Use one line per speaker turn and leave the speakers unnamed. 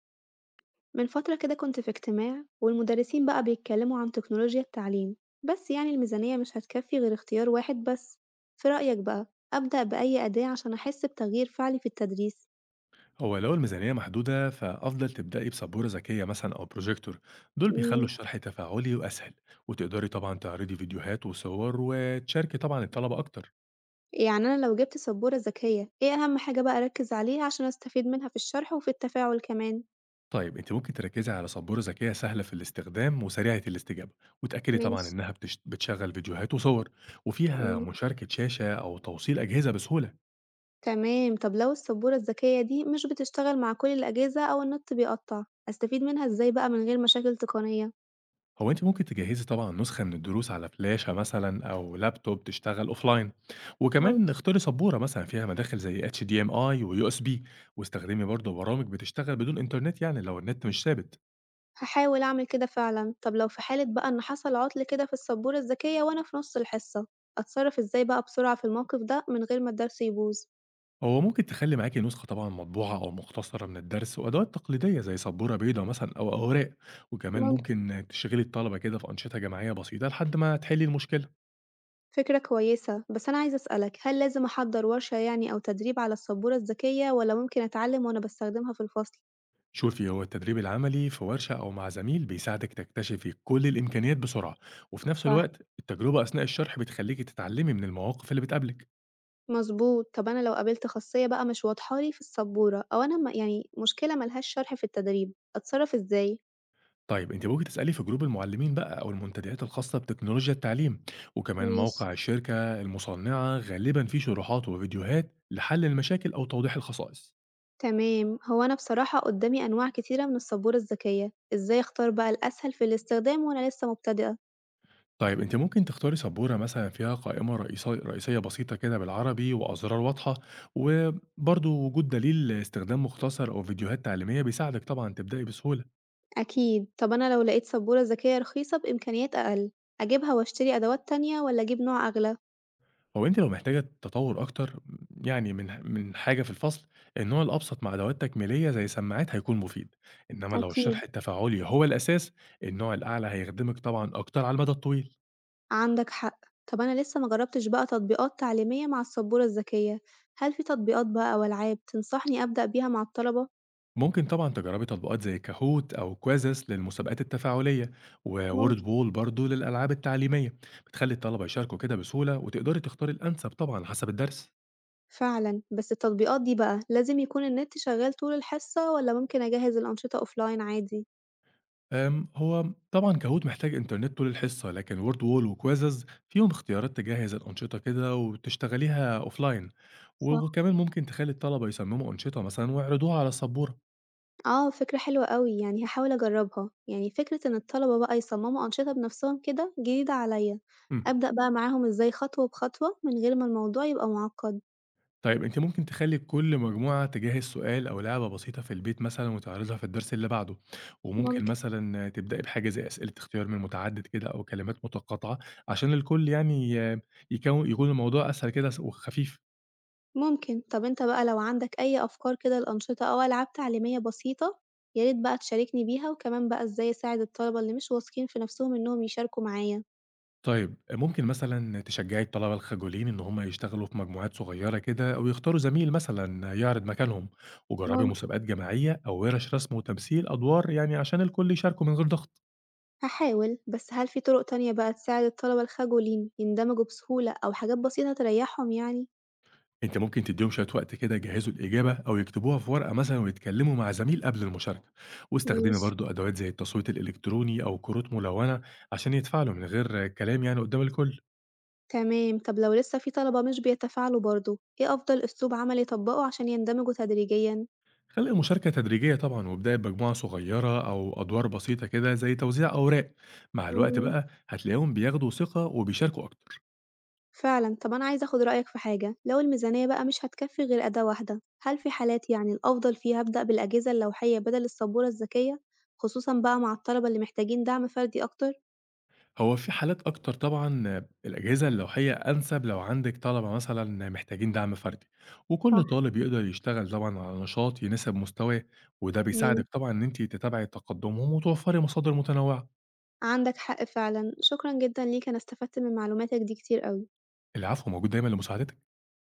من فترة كده كنت في اجتماع والمدرسين بقى بيتكلموا عن تكنولوجيا التعليم، بس يعني الميزانية مش هتكفي غير اختيار واحد بس. في رأيك بقى، أبدأ بأي أداة عشان أحس بتغيير فعلي في التدريس؟
هو لو الميزانية محدودة فأفضل تبدأي بسبورة ذكية مثلا أو بروجيكتور. دول بيخلوا
مم،
الشرح تفاعلي وأسهل، وتقدري طبعا تعرضي فيديوهات وصور وتشاركي طبعا الطلبة أكتر.
يعني أنا لو جبت سبورة ذكية إيه أهم حاجة بقى أركز عليها عشان أستفيد منها في الشرح وفي التفاعل كمان؟
طيب أنت ممكن تركزي على سبورة ذكية سهلة في الاستخدام وسريعة الاستجابة، وتأكدي طبعا
ماشي.
إنها بتشغل فيديوهات وصور، وفيها
مم،
مشاركة شاشة أو توصيل أجهزة بسهولة.
تمام. طب لو السبورة الذكية دي مش بتشتغل مع كل الأجهزة أو النت بيقطع، أستفيد منها إزاي بقى من غير مشاكل تقنية؟
هو أنتِ ممكن تجهّزي طبعًا نسخة من الدروس على فلاشة مثلًا أو لابتوب تشتغل offline، وكمان
ممكن،
اختاري سبورة مثلًا فيها مداخل زي HDMI وUSB، واستخدمي برضه برامج بتشتغل بدون إنترنت يعني لو النت مش ثابت.
هاحاول أعمل كده فعلًا. طب لو في حالة بقى إن حصل عُطل كده في السبورة الذكية وأنا في نُص الحصة، أتصرّف إزاي بقى بسرعة في الموقف ده من غير ما الدرس يبوظ؟
هو ممكن تخلّي معاكِ نسخة طبعًا مطبوعة أو مختصرة من الدرس وأدوات تقليدية زي سبورة بيضا مثلًا أو أوراق، وكمان
ممكن،
ممكن تشغلي الطلبة كده في أنشطة جماعية بسيطة لحد ما تحلّي المشكلة.
فكرة كويسة. بس أنا عايزة أسألك، هل لازم أحضّر ورشة يعني أو تدريب على السبورة الذكية والّا ممكن أتعلّم وأنا باستخدمها في الفصل؟
شوفي، هو التدريب العملي في ورشة أو مع زميل بيساعدك تكتشفي كل الإمكانيات بسرعة، وفي نفس
صح،
الوقت التجربة أثناء الشرح بتخليكي تتعلمي من المواقف اللي بتقابلك.
مضبوط. طب أنا لو قابلت خاصية بقى مش واضحة لي في السبورة أو أنا يعني مشكلة ما لهاش شرح في التدريب، أتصرّف إزاي؟
طيب أنت ممكن تسألي في جروب المعلمين بقى أو المنتديات الخاصة بتكنولوجيا التعليم، وكمان
ماشي.
موقع الشركة المصنعة غالبا فيه شروحات وفيديوهات لحل المشاكل أو توضيح الخصائص.
تمام، هو أنا بصراحة قدامي أنواع كتيرة من السبورة الذكية، إزاي أختار بقى الأسهل في الاستخدام وأنا لسه مبتدئة؟
طيب أنتِ ممكن تختاري سبورة مثلًا فيها قائمة رئيسية بسيطة كده بالعربي وأزرار واضحة، وبرضه وجود دليل استخدام مختصر أو فيديوهات تعليمية بيساعدِك طبعًا تبدئي بسهولة.
أكيد. طب أنا لو لقيت سبورة ذكية رخيصة بإمكانيات أقل، أجيبها وأشتري أدوات تانية ولا أجيب نوع أغلى؟
هو أنتِ لو محتاجة تطوّر أكتر، يعني من حاجة في الفصل، النوع الأبسط مع أدوات تكميلية زي سماعات هيكون مفيد، إنما لو
أكيد.
الشرح التفاعلي هو الأساس، النوع الأعلى هيخدمِك طبعًا أكتر على المدى الطويل.
عندك حق. طب أنا لسه مجربتش بقى تطبيقات تعليمية مع السبورة الذكية، هل في تطبيقات بقى أو ألعاب تنصحني أبدأ بيها مع الطلبة؟
ممكن طبعًا تجربي تطبيقات زي كاهوت أو كويزس للمسابقات التفاعلية، وورد
ممكن.
بول برضه للألعاب التعليمية، بتخلي الطلبة يشاركوا كده بسهولة وتقدري تختاري الأنسب طبعًا حسب الدرس.
فعلا بس التطبيقات دي بقى لازم يكون النت شغال طول الحصة ولا ممكن أجهز الأنشطة أوفلاين عادي؟
هو طبعًا كاهوت محتاج إنترنت طول الحصة، لكن وورد بول وكويزز فيهم اختيارات تجهّز الأنشطة كده وتشتغليها offline،
صح.
وكمان ممكن تخلي الطلبة يصمموا أنشطة مثلًا ويعرضوها على السبورة.
آه، فكرة حلوة أوي، يعني هاحاول أجرّبها، يعني فكرة إن الطلبة بقى يصمموا أنشطة بنفسهم كده جديدة عليَّ،
إمم.
أبدأ بقى معاهم إزاي خطوة بخطوة من غير ما الموضوع يبقى معقّد،
طيب أنتِ ممكن تخلّي كل مجموعة تجهّز سؤال أو لعبة بسيطة في البيت مثلًا وتعرضها في الدرس اللي بعده، وممكن
ممكن،
مثلًا تبدئي بحاجة زي أسئلة اختيار من متعدد كده أو كلمات متقاطعة عشان الكل يعني يكون الموضوع أسهل كده وخفيف.
طب أنت بقى لو عندك أي أفكار كده لأنشطة أو ألعاب تعليمية بسيطة يا ريت بقى تشاركني بيها، وكمان بقى إزاي أساعد الطلبة اللي مش واثقين في نفسهم إنهم يشاركوا معايا،
طيب ممكن مثلًا تشجّعي الطلبة الخجولين إن هم يشتغلوا في مجموعات صغيّرة كده أو يختاروا زميل مثلًا يعرض مكانهم، وجرّبي
ممكن،
مسابقات جماعية أو وِرش رسم وتمثيل أدوار يعني عشان الكل يشاركوا من غير ضغط.
هاحاول. بس هل في طرق تانية بقى تساعد الطلبة الخجولين يندمجوا بسهولة أو حاجات بسيطة تريحهم يعني؟
أنت ممكن تديهم شوية وقت كده يجهزوا الإجابة أو يكتبوها في ورقة مثلا ويتكلموا مع زميل قبل المشاركة، واستخدمي
ماشي.
برضه أدوات زي التصويت الإلكتروني أو كروت ملونة عشان يتفاعلوا من غير كلام يعني قدام الكل.
تمام، طب لو لسه في طلبة مش بيتفاعلوا برضه، إيه أفضل أسلوب عملي أطبّقه عشان يندمجوا تدريجيًا؟
خلي المشاركة تدريجية طبعا، وابدأي بمجموعة صغيرة أو أدوار بسيطة كده زي توزيع أوراق، مع الوقت
امم.
بقى هتلاقيهم بياخدوا ثقة وبيشاركوا أكتر.
فعلًا، طب أنا عايزة آخُد رأيك في حاجة، لو الميزانية بقى مش هتكفي غير أداة واحدة، هل في حالات يعني الأفضل فيها أبدأ بالأجهزة اللوحية بدل السبورة الذكية، خصوصًا بقى مع الطلبة اللي محتاجين دعم فردي أكتر؟
هو في حالات أكتر طبعًا الأجهزة اللوحية أنسب لو عندِك طلبة مثلًا محتاجين دعم فردي، وكل
صح.
طالب يقدر يشتغل طبعًا على نشاط يناسب مستواه، وده
تمام،
بيساعدِك طبعًا إن أنتِ تتابعي تقدمهم وتوفري مصادر متنوعة.
عندك حق فعلًا، شكرًا جدًا ليك أنا استفدت من معلوماتك دي كتير أوي.
العفو، موجود دايمًا لمساعدتِك.